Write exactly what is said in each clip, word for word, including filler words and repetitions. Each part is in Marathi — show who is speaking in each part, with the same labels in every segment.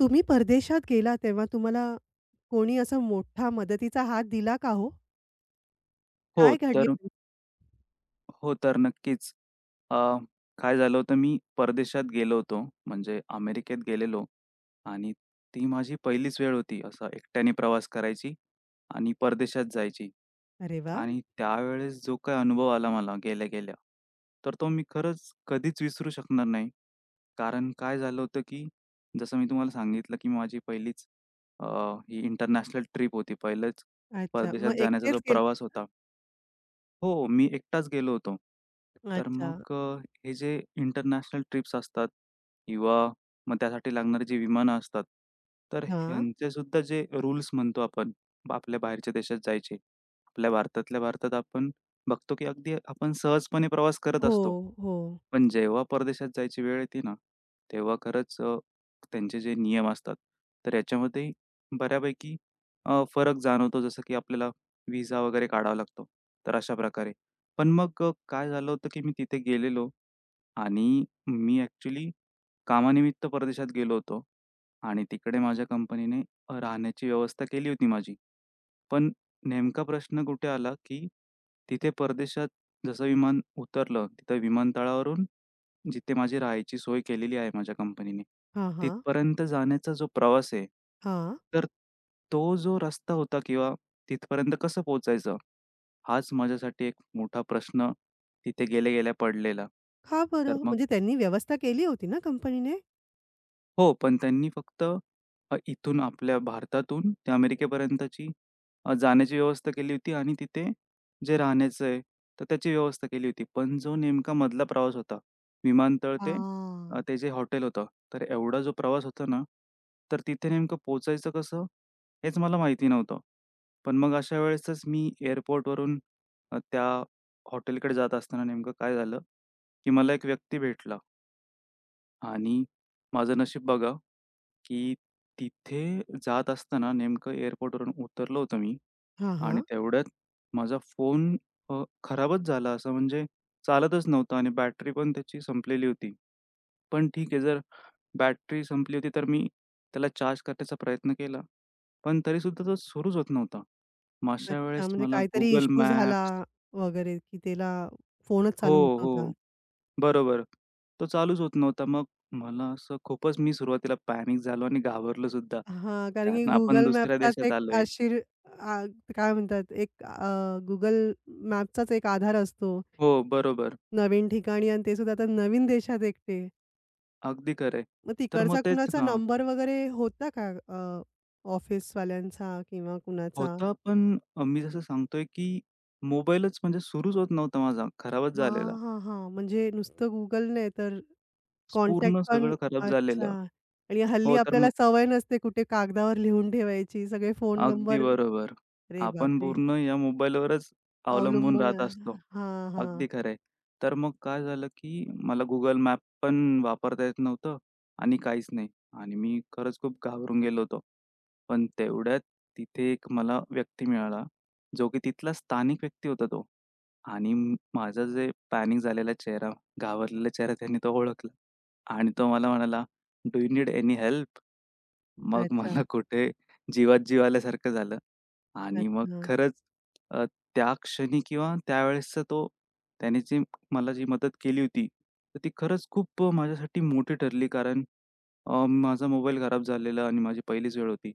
Speaker 1: तुम्ही परदेशात गेला तेव्हा तुम्हाला कोणी असा मोठा मदतीचा हात दिला का हो?
Speaker 2: हो,
Speaker 1: काय घडले?
Speaker 2: तर हो, तर नक्कीच. अ, काय झालं होतं मी परदेशात गेलो होतो, म्हणजे अमेरिकेत गेलेलो आणि ती माझी पहिलीच वेळ होती असा एकट्याने प्रवास करायची आणि परदेशात जायची.
Speaker 1: अरे वाह!
Speaker 2: आणि त्यावेळेस जो काय अनुभव आला मला गेल्या-गेल्या, तर तो मी खरंच कधीच विसरू शकणार नाही. कारण काय झालं होतं, की जसं मी तुम्हाला सांगितलं, की माझी पहिलीच अ, ही इंटरनॅशनल ट्रिप होती. पहिलंच
Speaker 1: अच्छा. मग
Speaker 2: परदेशात जाण्याचा
Speaker 1: एकटेच
Speaker 2: जो
Speaker 1: गेले.
Speaker 2: प्रवास होता. हो, मी एकटाच गेलो होतो. तर
Speaker 1: अच्छा.
Speaker 2: मग अ, हे जे इंटरनॅशनल ट्रिप्स असतात किंवा मग त्यासाठी लागणारी जी विमानं असतात, तर
Speaker 1: हां.
Speaker 2: ह्यांचेसुद्धा जे रूल्स म्हणतो आपण, ब- आपल्या बाहेरच्या देशात जायचे. आपल्या भारतातल्या भारतात आपण बघतो, की अगदी आपण सहजपणे प्रवास करत
Speaker 1: हो,
Speaker 2: असतो.
Speaker 1: हो.
Speaker 2: पण जेव्हा परदेशात जायची वेळ येते ना, तेव्हा खरंच अ, त्यांचे जे नियम असतात, तर याच्यामध्ये बऱ्यापैकी अ, फरक जाणवतो. जसं की आपल्याला विजा वगैरे काढावा लागतो. तर अशा प्रकारे. पण मग अ, काय झालं होतं, की मी तिथे गेलेलो आणि मी ॲक्चुअली कामानिमित्त परदेशात गेलो होतो आणि तिकडे माझ्या कंपनीने अ, राहण्याची व्यवस्था केली होती माझी. पण नेमका प्रश्न कुठे आला, की तिथे परदेशात जसं विमान उतरलं, तिथं विमानतळावरून जिथे माझी राहायची सोय केलेली आहे माझ्या कंपनीने,
Speaker 1: हां, हां.
Speaker 2: तिथपर्यंत जाण्याचा जो प्रवास आहे,
Speaker 1: हां.
Speaker 2: तर तो जो रस्ता होता किंवा तिथपर्यंत कसं पोहोचायचं, हाच माझ्यासाठी एक मोठा प्रश्न तिथे गेल्या-गेल्या पडलेला.
Speaker 1: का
Speaker 2: तर
Speaker 1: बरं?
Speaker 2: मग
Speaker 1: म्हणजे त्यांनी व्यवस्था केली होती ना कंपनीने?
Speaker 2: हो, पण त्यांनी फक्त अ, इथून आपल्या भारतातून ते अमेरिकेपर्यंतची अ, जाण्याची व्यवस्था केली होती आणि तिथे जे राहण्याचं आहे, तर त्याची व्यवस्था केली होती. पण जो नेमका मधला प्रवास होता, विमानतळ ते अ,
Speaker 1: हां.
Speaker 2: ते जे हॉटेल होतं, तर एवढा जो प्रवास होता ना, तर तिथे नेमकं पोहोचायचं कसं, हेच मला माहिती नव्हतं. पण मग अशा वेळेसच मी एअरपोर्टवरून अ, त्या हॉटेलकडे जात असताना नेमकं काय झालं, की मला एक व्यक्ती भेटला आणि माझं नशीब बघा की तिथे जात असताना नेमकं एअरपोर्टवरून उतरलो होतो मी
Speaker 1: हां,
Speaker 2: आणि
Speaker 1: हां.
Speaker 2: तेवढ्यात माझा फोन अ, खराबच झाला असं म्हणजे चालतच नव्हता आणि बॅटरी पण त्याची संपलेली होती. पण ठीक आहे जर बॅटरी संपली होती तर मी त्याला चार्ज करण्याचा प्रयत्न केला. पण तरीसुद्धा तो सुरूच होत नव्हता. मग अशा
Speaker 1: अच्छा.
Speaker 2: वेळेस
Speaker 1: म्हणजे
Speaker 2: मला
Speaker 1: काहीतरी
Speaker 2: Google
Speaker 1: इश्यू झाला
Speaker 2: Maps
Speaker 1: वगैरे की त्याला फोनच
Speaker 2: हो,
Speaker 1: चालू होत नव्हता.
Speaker 2: हो. बरोबर. तो चालूच होत नव्हता. मग मला असं खूपच मी सुरुवातीला पॅनिक झालो आणि घाबरलो सुद्धा.
Speaker 1: हां. कारण की
Speaker 2: कारण आपण
Speaker 1: Google
Speaker 2: दुसऱ्या
Speaker 1: मॅपचाच
Speaker 2: देशात
Speaker 1: एक
Speaker 2: आलोय.
Speaker 1: आशीर. आ, काय म्हणतात एक अ, Google मॅपचाच एक आधार असतो.
Speaker 2: हो, बरोबर.
Speaker 1: नवीन ठिकाणी आणि ते सुद्धा आता नवीन देशात एकटे.
Speaker 2: अगदी खरं आहे.
Speaker 1: मग
Speaker 2: तर मग
Speaker 1: तिकडचा
Speaker 2: तेच
Speaker 1: कुणाचा
Speaker 2: ना
Speaker 1: नंबर वगैरे होता का अ, ऑफिसवाल्यांचा किंवा कुणाचा?
Speaker 2: होतं पण अ, मी जसं सांगतोय, की मोबाईलच म्हणजे सुरूच होत नव्हता माझा. खराबच
Speaker 1: हां,
Speaker 2: झालेला.
Speaker 1: हां, हां. म्हणजे नुसतं Google नाही तर कॉन्टॅक्ट
Speaker 2: पूर्ण
Speaker 1: पण.
Speaker 2: सगळं खराब
Speaker 1: अच्छा.
Speaker 2: झालेलं.
Speaker 1: आणि हल्ली
Speaker 2: हो, तर
Speaker 1: आपल्याला
Speaker 2: मग
Speaker 1: सवय नसते कुठे कागदावर लिहून ठेवायची. सगळे फोन
Speaker 2: अगदी
Speaker 1: नंबर.
Speaker 2: बरोबर.
Speaker 1: अरे
Speaker 2: आपण
Speaker 1: बापरे!
Speaker 2: पूर्ण या मोबाईलवरच अवलंबून
Speaker 1: अवलंबून
Speaker 2: राहत
Speaker 1: आहे.
Speaker 2: असतो.
Speaker 1: हां, हां.
Speaker 2: अगदी खरं आहे. तर मग काय झालं, की मला Google मॅप पण वापरता येत नव्हतं आणि काहीच नाही आणि मी खरंच खूप घाबरून गेलो होतो. पण तेवढ्यात तिथे एक मला व्यक्ती मिळाला, जो की तिथला स्थानिक व्यक्ती होता तो आणि म- माझा जे पॅनिक झालेला चेहरा, घाबरलेला चेहरा त्याने तो ओळखला आणि तो मला म्हणाला, "do you need any help?" मग
Speaker 1: अच्छा,
Speaker 2: मला कुठे जीवात जीव आल्यासारखं झालं आणि मग
Speaker 1: अच्छा.
Speaker 2: खरंच अ, त्या क्षणी किंवा त्यावेळेसचा तो त्याने जी मला जी मदत केली होती, तर ती खरंच खूप माझ्यासाठी मोठी ठरली. कारण अ, माझा मोबाईल खराब झालेला आणि माझी पहिलीच वेळ होती.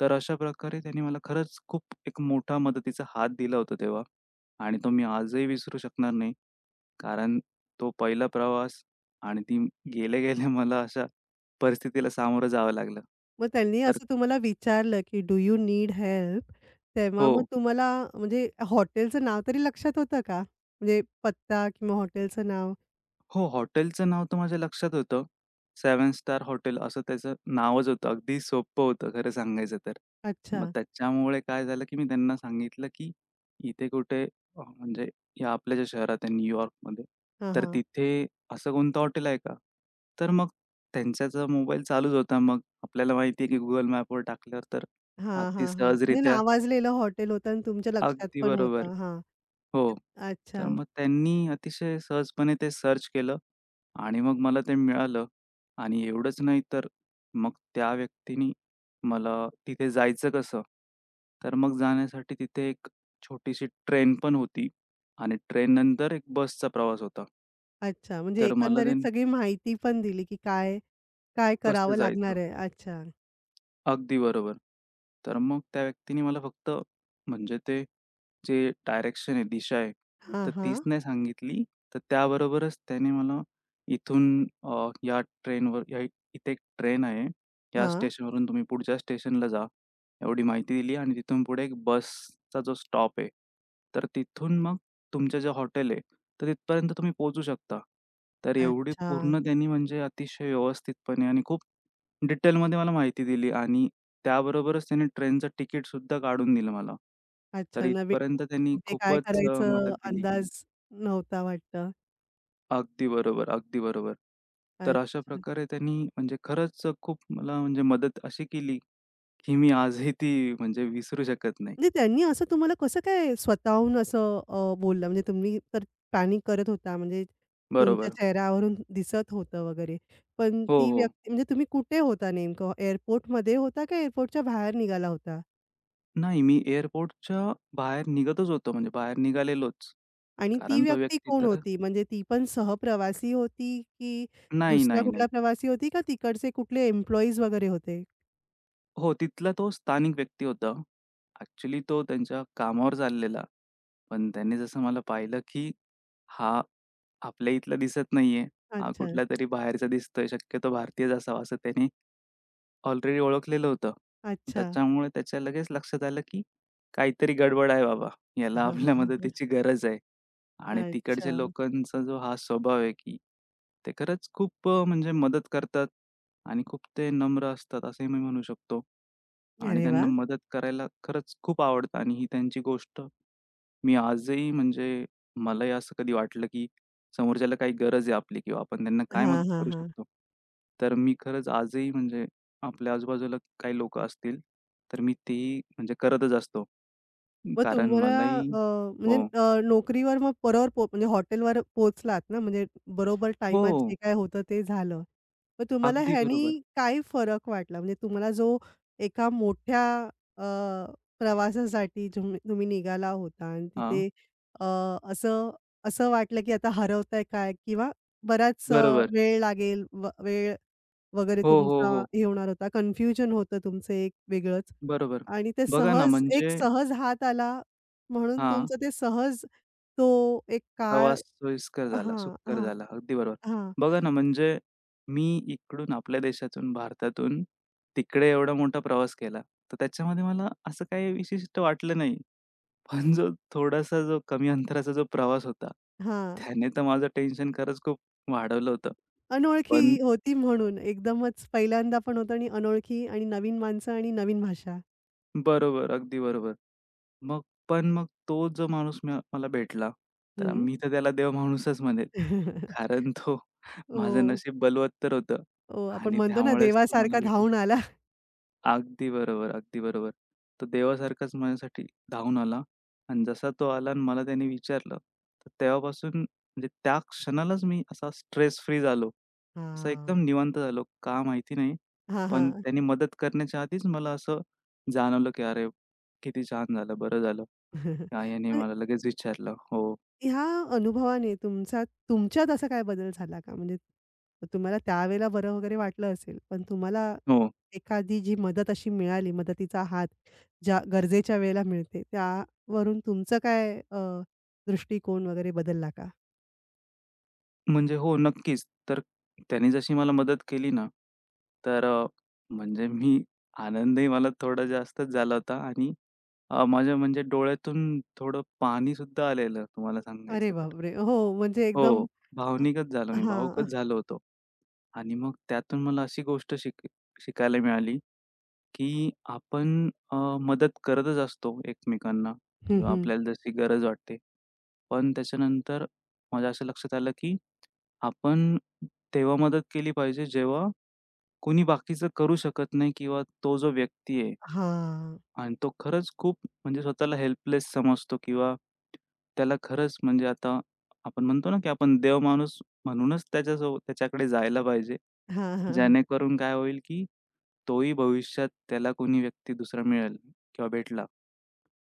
Speaker 2: तर अशा प्रकारे त्याने मला खरंच खूप एक मोठा मदतीचा हात दिला होता तेव्हा आणि तो मी आजही विसरू शकणार नाही. कारण तो पहिला प्रवास आणि ती गेले गेल्या मला अशा परिस्थितीला सामोरं जावं लागलं.
Speaker 1: मग त्यांनी
Speaker 2: तर
Speaker 1: असं तुम्हाला विचारलं, की डू यू नीड हेल्प? तेव्हा मग
Speaker 2: हो.
Speaker 1: तुम्हाला म्हणजे हॉटेलचं नाव तरी लक्षात होतं का? म्हणजे पत्ता किंवा हॉटेलचं नाव?
Speaker 2: हो, हॉटेलचं नाव तर माझ्या लक्षात होतं. सेव्हन स्टार हॉटेल असं त्याचं नावच होतं. अगदी सोपं होतं खरं सांगायचं तर.
Speaker 1: अच्छा.
Speaker 2: मग त्याच्यामुळे काय झालं, की मी त्यांना सांगितलं, की इथे कुठे अ, म्हणजे या आपल्या ज्या शहरात आहे न्यूयॉर्कमध्ये,
Speaker 1: हां,
Speaker 2: तर
Speaker 1: हां.
Speaker 2: तिथे असं कोणतं हॉटेल आहे का? तर मग त्यांच्याचा मोबाईल चालूच होता. मग आपल्याला माहिती आहे, की Google मॅपवर टाकल्यावर तर
Speaker 1: हां,
Speaker 2: अगदी
Speaker 1: हां, हां. म्हणजे
Speaker 2: सहजरित्या
Speaker 1: नावाजलेलं हॉटेल होतं आणि तुमच्या लक्षात
Speaker 2: अगदी
Speaker 1: पण
Speaker 2: बरोबर.
Speaker 1: होतं. हां.
Speaker 2: हो.
Speaker 1: अच्छा,
Speaker 2: तर मग त्यांनी अतिशय सहजपणे ते सर्च केलं आणि मग मला ते मिळालं आणि एवढंच नाही तर मग त्या व्यक्तीनी मला तिथे जायचं कसं? तर मग जाण्यासाठी तिथे एक छोटीशी ट्रेन पण होती आणि ट्रेननंतर एक बसचा प्रवास होता.
Speaker 1: अच्छा. म्हणजे
Speaker 2: तर मला ते
Speaker 1: एकंदरीत सगळी माहिती पण दिली, की काय, काय
Speaker 2: कसं
Speaker 1: करावं लागणार
Speaker 2: जायचं?
Speaker 1: आहे. अच्छा.
Speaker 2: अगदी बरोबर. तर मग त्या व्यक्तीने मला फक्त म्हणजे ते जे डायरेक्शन आहे, दिशा आहे,
Speaker 1: हां,
Speaker 2: तर तीच
Speaker 1: हां.
Speaker 2: नाही सांगितली. तर त्याबरोबरच त्याने मला इथून अ, या ट्रेनवर या इथे एक ट्रेन आहे. या
Speaker 1: हां.
Speaker 2: स्टेशनवरून तुम्ही पुढच्या स्टेशनला जा, एवढी माहिती दिली आणि तिथून पुढे एक बसचा जो स्टॉप आहे, तर तिथून मग तुमचं जे हॉटेल आहे, तर तिथपर्यंत तुम्ही पोहोचू शकता. तर एवढी
Speaker 1: अच्छा.
Speaker 2: पूर्ण त्यांनी म्हणजे अतिशय व्यवस्थितपणे आणि खूप डिटेलमध्ये मला माहिती दिली आणि त्याबरोबरच त्याने ट्रेनचं तिकीटसुद्धा काढून दिलं मला. तर
Speaker 1: अच्छा. नवीन
Speaker 2: इथपर्यंत त्यांनी
Speaker 1: कुठे काय
Speaker 2: खूपच अ, मदत
Speaker 1: करायचं
Speaker 2: दिली.
Speaker 1: अंदाज नव्हता वाटतं.
Speaker 2: अगदी बरोबर, अगदी बरोबर. तर अशा
Speaker 1: अच्छा.
Speaker 2: प्रकारे त्यांनी म्हणजे खरंच खूप मला म्हणजे मदत अशी केली, की मी आजही ती म्हणजे विसरू शकत नाही.
Speaker 1: म्हणजे त्यांनी असं तुम्हाला कसं काय स्वतःहून असं अ, बोललं? म्हणजे तुम्ही तर पॅनिक करत होता, म्हणजे तुमच्या
Speaker 2: बरोबर.
Speaker 1: चेहऱ्यावरून दिसत होतं वगैरे. पण
Speaker 2: हो,
Speaker 1: ती
Speaker 2: हो.
Speaker 1: व्यक्ती म्हणजे तुम्ही कुठे होता नेमकं? एअरपोर्टमध्ये होता का एअरपोर्टच्या बाहेर निघाला होता?
Speaker 2: नाही, मी एअरपोर्टच्या बाहेर निघतच होतो म्हणजे बाहेर निघालेलोच.
Speaker 1: आणि ती
Speaker 2: कारण तो
Speaker 1: व्यक्ती
Speaker 2: व्यक्ती
Speaker 1: कोण
Speaker 2: तर
Speaker 1: होती? म्हणजे ती पण सहप्रवासी होती की
Speaker 2: नाही,
Speaker 1: दुसरा
Speaker 2: नाही,
Speaker 1: कुठला
Speaker 2: नाही.
Speaker 1: प्रवासी होती का तिकडचे कुठले एम्प्लॉईज वगैरे होते?
Speaker 2: हो, तिथला तो स्थानिक व्यक्ती होता. ॲक्चुअली तो त्यांच्या कामावर चाललेला. पण त्यांनी जसं मला पाहिलं, की हा आपल्या इथला दिसत नाहीये, हा
Speaker 1: अच्छा,
Speaker 2: कुठलातरी बाहेरचा दिसतोय, शक्यतो भारतीयच असावा असं त्याने ऑलरेडी ओळखलेलं होतं.
Speaker 1: अच्छा.
Speaker 2: त्याच्यामुळे त्याच्या लगेच लक्षात आलं, की काहीतरी गडबड आहे बाबा. याला
Speaker 1: हां,
Speaker 2: आपल्या
Speaker 1: हां, हां,
Speaker 2: मदतीची गरज आहे. आणि
Speaker 1: हां.
Speaker 2: तिकडच्या
Speaker 1: अच्छा.
Speaker 2: लोकांचा जो हा स्वभाव आहे, की ते खरंच खूप अ, म्हणजे मदत करतात आणि खूप ते नम्र असतात असंही मी म्हणू शकतो. आणि
Speaker 1: अरे
Speaker 2: त्यांना
Speaker 1: वाह!
Speaker 2: मदत करायला खरंच खूप आवडतं आणि ही त्यांची गोष्ट मी आजही म्हणजे मलाही असं कधी वाटलं, की समोरच्याला काही गरज आहे आपली किंवा आपण त्यांना काय
Speaker 1: हां,
Speaker 2: मदत
Speaker 1: हां,
Speaker 2: करू
Speaker 1: हां.
Speaker 2: शकतो. तर मी खरंच आजही म्हणजे आपल्या आजूबाजूला काही लोकं असतील, तर मी तेही म्हणजे करतच असतो.
Speaker 1: मग
Speaker 2: कारण
Speaker 1: तुम्हाला
Speaker 2: मलाही
Speaker 1: अ, म्हणजे
Speaker 2: हो.
Speaker 1: अ, नोकरीवर मग बरोबर पो म्हणजे हॉटेलवर पोहोचलात ना, म्हणजे बरोबर टाईमात
Speaker 2: हो,
Speaker 1: जे काय होतं ते झालं. मग तुम्हाला
Speaker 2: अगदी बरोबर.
Speaker 1: ह्यानी काय फरक वाटला? म्हणजे तुम्हाला जो एका मोठ्या अ, प्रवासासाठी तुम्ही तुम्ही निघाला होता आणि
Speaker 2: हां,
Speaker 1: तिथे अ, असं असं वाटलं की आता हरवतंय काय? किंवा बराच अ,
Speaker 2: बरोबर.
Speaker 1: वेळ लागेल व वेळ वगैरे
Speaker 2: हो, हो,
Speaker 1: तुमचा
Speaker 2: हो.
Speaker 1: हे होणार होता. कन्फ्युजन होतं तुमचं एक वेगळंच.
Speaker 2: बरोबर.
Speaker 1: आणि ते
Speaker 2: बघा ना
Speaker 1: सहज एक
Speaker 2: म्हणजे
Speaker 1: सहज हात आला, म्हणून
Speaker 2: हां,
Speaker 1: तुमचं ते सहज तो एक काळ.
Speaker 2: प्रवास सोयीस्कर झाला,
Speaker 1: हां,
Speaker 2: सुखकर
Speaker 1: हां,
Speaker 2: झाला. अगदी बरोबर.
Speaker 1: हां,
Speaker 2: बघा ना म्हणजे मी इकडून आपल्या देशातून, भारतातून तिकडे एवढा मोठा प्रवास केला. तर त्याच्यामध्ये मला असं काही विशिष्ट वाटलं नाही. पण जो थोडासा जो कमी अंतराचा जो प्रवास होता,
Speaker 1: हां.
Speaker 2: त्याने तर माझं टेन्शन खरंच खूप वाढवलं होतं.
Speaker 1: अनोळखी
Speaker 2: पण
Speaker 1: होती म्हणून एकदमच पहिल्यांदा पण होतं आणि अनोळखी आणि नवीन माणसं आणि नवीन भाषा.
Speaker 2: बरोबर, अगदी बरोबर. मग पण मग तो जो माणूस म मला भेटला, तर
Speaker 1: हं.
Speaker 2: मी तर त्याला देव माणूसच म्हणेल. कारण तो माझं
Speaker 1: हो,
Speaker 2: नशीब बलवत्तर होतं
Speaker 1: हो. आपण
Speaker 2: आणि
Speaker 1: म्हणतो ना
Speaker 2: त्यामुळेच तो मला
Speaker 1: देवासारखा
Speaker 2: भेटला.
Speaker 1: धावून आला.
Speaker 2: अगदी बरोबर, अगदी बरोबर. तो देवासारखाच माझ्यासाठी धावून आला आणि जसा तो आला आणि मला त्याने विचारलं, तर तेव्हापासून म्हणजे त्या क्षणालाच मी असा स्ट्रेस फ्री झालो. असा
Speaker 1: हां.
Speaker 2: एकदम निवांत झालो. का माहिती नाही,
Speaker 1: हां,
Speaker 2: पण
Speaker 1: हां.
Speaker 2: त्यांनी मदत करण्याच्या आधीच मला असं जाणवलं, की "अरे, किती छान झालं, बरं झालं." याने
Speaker 1: म्हणजे
Speaker 2: मला लगेच विचारलं. हो,
Speaker 1: ह्या अनुभवाने तुमचा तुमच्यात असा काय बदल झाला का? म्हणजे तुम्हाला त्यावेळेला बरं वगैरे वाटलं असेल, पण तुम्हाला
Speaker 2: हो.
Speaker 1: एखादी जी मदत अशी मिळाली, मदतीचा हात ज्या गरजेच्या वेळेला मिळते, त्यावरून तुमचं काय अ, दृष्टिकोन वगैरे बदलला का?
Speaker 2: म्हणजे हो, नक्कीच. तर त्याने जशी मला मदत केली ना, तर अ, म्हणजे मी आनंदही मला थोडा जास्तच झाला होता आणि अ, माझ्या म्हणजे डोळ्यातून थोडं पाणी सुद्धा आलेलं तुम्हाला
Speaker 1: अरे
Speaker 2: सांगायचं तर.
Speaker 1: बापरे! हो, म्हणजे एकदम.
Speaker 2: हो, भावनिकच झालो
Speaker 1: अ,
Speaker 2: मी,
Speaker 1: हां.
Speaker 2: भावुकच झालो होतो. आणि मग त्यातून मला अशी गोष्ट शिक शिकायला मिळाली, की आपण अ, मदत करतच असतो एकमेकांना
Speaker 1: हं,
Speaker 2: किंवा
Speaker 1: हं.
Speaker 2: आपल्याला जशी गरज वाटते. पण त्याच्यानंतर माझ्या असं लक्षात आलं, की आपण तेव्हा मदत केली पाहिजे जेव्हा कोणी बाकीचं करू शकत नाही किंवा तो जो व्यक्ती आहे
Speaker 1: हां.
Speaker 2: आणि तो खरंच खूप म्हणजे स्वतःला हेल्पलेस समजतो किंवा त्याला खरंच म्हणजे आता आपण म्हणतो ना, की आपण देव माणूस म्हणूनच त्याच्यासोबत त्याच्याकडे जायला पाहिजे.
Speaker 1: हां, हां, हां.
Speaker 2: जेणेकरून काय होईल, की तोही भविष्यात त्याला कोणी व्यक्ती दुसरा मिळेल किंवा भेटला,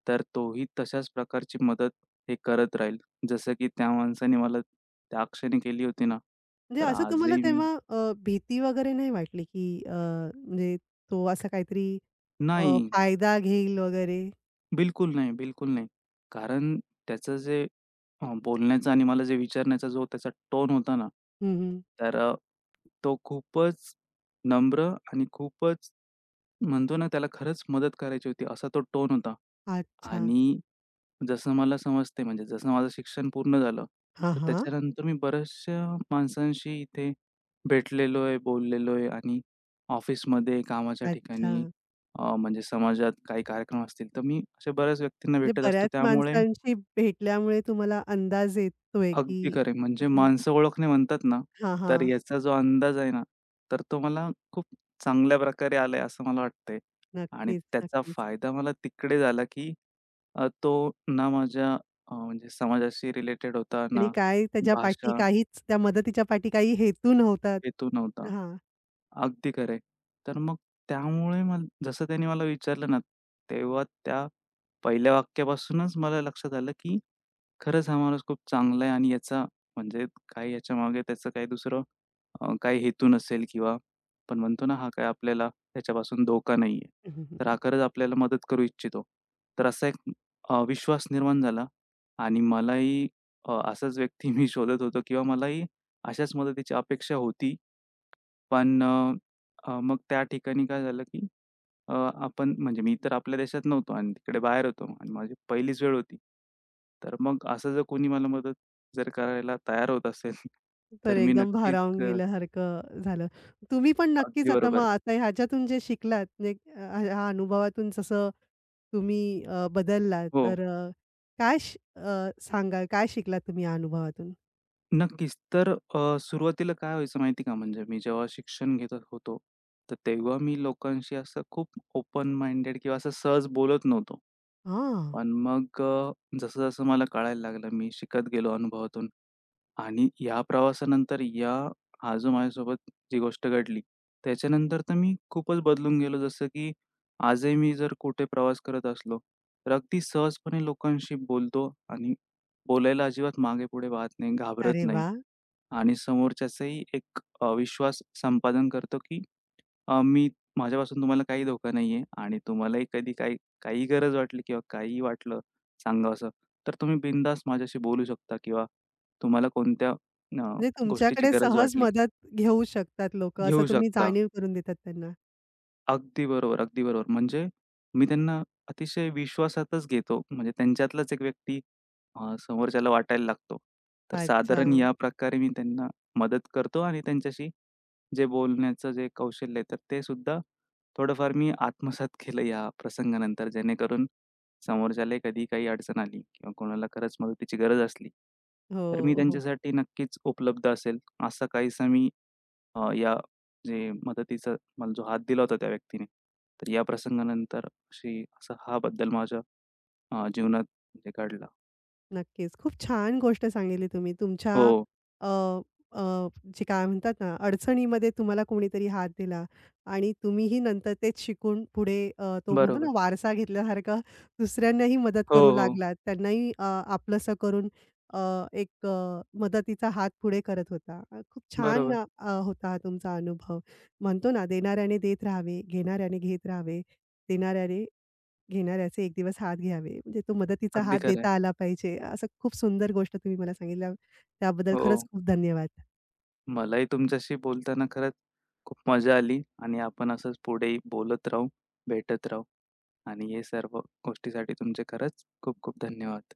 Speaker 2: तर तोही तशाच प्रकारची मदत हे करत राहील. जसं की त्या माणसाने मला त्या क्षणी केली होती ना,
Speaker 1: म्हणजे
Speaker 2: तर
Speaker 1: असं तुम्हाला
Speaker 2: आजही मी
Speaker 1: तेव्हा अ, भीती वगैरे नाही वाटली, की अ, म्हणजे तो असा काहीतरी अ,
Speaker 2: नाही,
Speaker 1: फायदा घेईल वगैरे?
Speaker 2: बिलकुल नाही, बिलकुल नाही. कारण त्याचं जे हां, बोलण्याचा आणि मला जे विचारण्याचा जो त्याचा टोन होता ना,
Speaker 1: हं, हं.
Speaker 2: तर अ, तो खूपच नम्र आणि खूपच म्हणतो ना, त्याला खरंच मदत करायची होती असा तो टोन होता.
Speaker 1: अच्छा.
Speaker 2: आणि जसं मला समजतंय म्हणजे जसं माझं शिक्षण पूर्ण झालं,
Speaker 1: हां,
Speaker 2: तर
Speaker 1: हां.
Speaker 2: त्याच्यानंतर मी बऱ्याचशा माणसांशी इथे भेटलेलो आहे, बोललेलो आहे आणि ऑफिसमध्ये, कामाच्या
Speaker 1: अच्छा.
Speaker 2: ठिकाणी अ, म्हणजे समाजात काही कार्यक्रम असतील, तर मी अशा बऱ्याच व्यक्तींना
Speaker 1: म्हणजे
Speaker 2: भेटत असतो.
Speaker 1: बऱ्याच
Speaker 2: त्यामुळे
Speaker 1: माणसांशी भेटल्यामुळे तुम्हाला अंदाज येतोय,
Speaker 2: अगदी
Speaker 1: की
Speaker 2: खरं आहे. म्हणजे
Speaker 1: हं.
Speaker 2: माणसं ओळखणे म्हणतात ना,
Speaker 1: हां,
Speaker 2: तर
Speaker 1: हां.
Speaker 2: याचा जो अंदाज आहे ना, तर तो मला खूप चांगल्या प्रकारे आलाय असं मला वाटतंय. आणि
Speaker 1: नक्कीच,
Speaker 2: त्याचा
Speaker 1: नक्कीच.
Speaker 2: फायदा मला तिकडे झाला, की अ, तो ना माझ्या अ, म्हणजे समाजाशी रिलेटेड होता
Speaker 1: आणि
Speaker 2: ना
Speaker 1: काय त्याच्या पाठी
Speaker 2: भाषा
Speaker 1: काहीच त्या मदतीच्या पाठी काही हेतू नव्हता.
Speaker 2: हेतू नव्हता.
Speaker 1: हां.
Speaker 2: अगदी खरं आहे. तर मग त्यामुळे मला जसं त्याने मला विचारलं ना, तेव्हा त्या पहिल्या वाक्यापासूनच मला लक्षात आलं, की खरंच हा माणूस खूप चांगला आहे आणि याचा म्हणजे काही याच्यामागे त्याचं काही दुसरं अ, काही हेतू नसेल किंवा आपण म्हणतो ना, हा काय आपल्याला त्याच्यापासून धोका नाहीये. तर हा खरंच आपल्याला मदत करू इच्छितो. तर असा एक अ, विश्वास निर्माण झाला आणि मलाही अ, असाच व्यक्ती मी शोधत होतो किंवा मलाही अशाच मदतीची अपेक्षा होती पण अ, अ, मग त्या ठिकाणी काय झालं, की अ, आपण म्हणजे मी तर आपल्या देशात नव्हतो आणि तिकडे बाहेर होतो आणि माझी पहिलीच वेळ होती. तर मग असं जर कोणी मला मदत जर करायला तयार होत असेल,
Speaker 1: तर
Speaker 2: तर मी
Speaker 1: एकदम
Speaker 2: नक्कीच
Speaker 1: भारावून
Speaker 2: अ,
Speaker 1: गेल्यासारखं झालं. तुम्ही पण नक्कीच
Speaker 2: अगदी
Speaker 1: आता मग
Speaker 2: बरोबर.
Speaker 1: आता ह्याच्यातून जे शिकलात म्हणजे अ, ह्या अनुभवातून जसं तुम्ही अ, बदललात
Speaker 2: हो,
Speaker 1: तर अ, काय श अ, सांगाल? काय शिकलात तुम्ही या अनुभवातून?
Speaker 2: नक्कीच. तर अ, सुरुवातीला काय व्हायचं माहिती का, म्हणजे मी जेव्हा शिक्षण घेत होतो, तर तेव्हा मी लोकांशी असं खूप ओपन माइंडेड किंवा असं सहज बोलत नव्हतो.
Speaker 1: हां.
Speaker 2: पण मग अ, जसं-जसं मला कळायला लागलं, मी शिकत गेलो अनुभवातून, आणि या प्रवासानंतर या हा जो माझ्यासोबत जी गोष्ट घडली, त्याच्यानंतर तर मी खूपच बदलून गेलो. जसं की आजही मी जर कुठे प्रवास करत असलो, तर अगदी सहजपणे लोकांशी बोलतो आणि बोलायला अजिबात मागे-पुढे पाहत नाही, घाबरत
Speaker 1: अरे
Speaker 2: नाही
Speaker 1: वाह!
Speaker 2: आणि समोरच्याचाही एक अ, विश्वास संपादन करतो की अ, मी माझ्यापासून तुम्हाला काही धोका नाहीये आणि तुम्हालाही कधी काही काही गरज वाटली किंवा काहीही वाटलं सांगावसं, तर तुम्ही बिनधास्त माझ्याशी बोलू शकता किंवा तुम्हाला कोणत्या अ,
Speaker 1: म्हणजे
Speaker 2: गोष्टीची
Speaker 1: तुमच्याकडे
Speaker 2: गरज
Speaker 1: सहज
Speaker 2: वाटली,
Speaker 1: मदत घेऊ शकतात लोकं, असं
Speaker 2: घेऊ
Speaker 1: तुम्ही
Speaker 2: शकता.
Speaker 1: जाणीव करून देतात त्यांना.
Speaker 2: अगदी बरोबर, अगदी बरोबर. म्हणजे मी त्यांना अतिशय विश्वासातच घेतो. म्हणजे त्यांच्यातलाच एक व्यक्ती अ, समोरच्याला वाटायला लागतो. तर
Speaker 1: अच्छा.
Speaker 2: साधारण या प्रकारे मी त्यांना मदत करतो आणि त्यांच्याशी जे बोलण्याचं जे कौशल्य आहे, तर ते सुद्धा थोडंफार मी आत्मसात केलं या प्रसंगानंतर, जेणेकरून समोरच्याला कधी काही अडचण आली किंवा कोणाला खरंच मदतीची गरज असली, तर मी
Speaker 1: हो, हो.
Speaker 2: त्यांच्यासाठी नक्कीच उपलब्ध असेल, असा काहीसा मी अ, या जे मदतीचा मला जो हात दिला होता त्या व्यक्तीने, तर या प्रसंगानंतर अशी असा हा बदल माझ्या अ, जीवनात म्हणजे घडला.
Speaker 1: नक्कीच. खूप छान गोष्ट सांगितली तुम्ही. तुमच्या
Speaker 2: हो,
Speaker 1: अ, अ, जे काय म्हणतात ना, अडचणीमध्ये तुम्हाला कोणीतरी हात दिला आणि तुम्हीही नंतर तेच शिकून पुढे अ, तो म्हणतो
Speaker 2: बरोबर.
Speaker 1: ना, वारसा घेतल्यासारखा दुसऱ्यांनाही मदत
Speaker 2: हो,
Speaker 1: करू
Speaker 2: हो.
Speaker 1: लागला त्यांनाही अ, आपलंसं करून अ, एक अ, मदतीचा हात पुढे करत होता. अ, खूप छान
Speaker 2: बरोबर.
Speaker 1: अ, होता हा तुमचा अनुभव. म्हणतो ना, देणाऱ्याने देत राहावे, घेणाऱ्याने घेत राहावे, देणाऱ्याने घेणाऱ्याचे एक दिवस हात घ्यावे. म्हणजे तो मदतीचा
Speaker 2: अगदी
Speaker 1: हात
Speaker 2: खरं आहे.
Speaker 1: देता आला पाहिजे. असं खूप सुंदर गोष्ट तुम्ही मला सांगितल्या. त्याबद्दल खरंच
Speaker 2: हो.
Speaker 1: खूप धन्यवाद.
Speaker 2: मलाही तुमच्याशी बोलताना खरंच खूप मजा आली आणि आपण असंच पुढेही बोलत राहू, भेटत राहू आणि हे सर्व गोष्टीसाठी तुमचे खरंच खूप खूप धन्यवाद.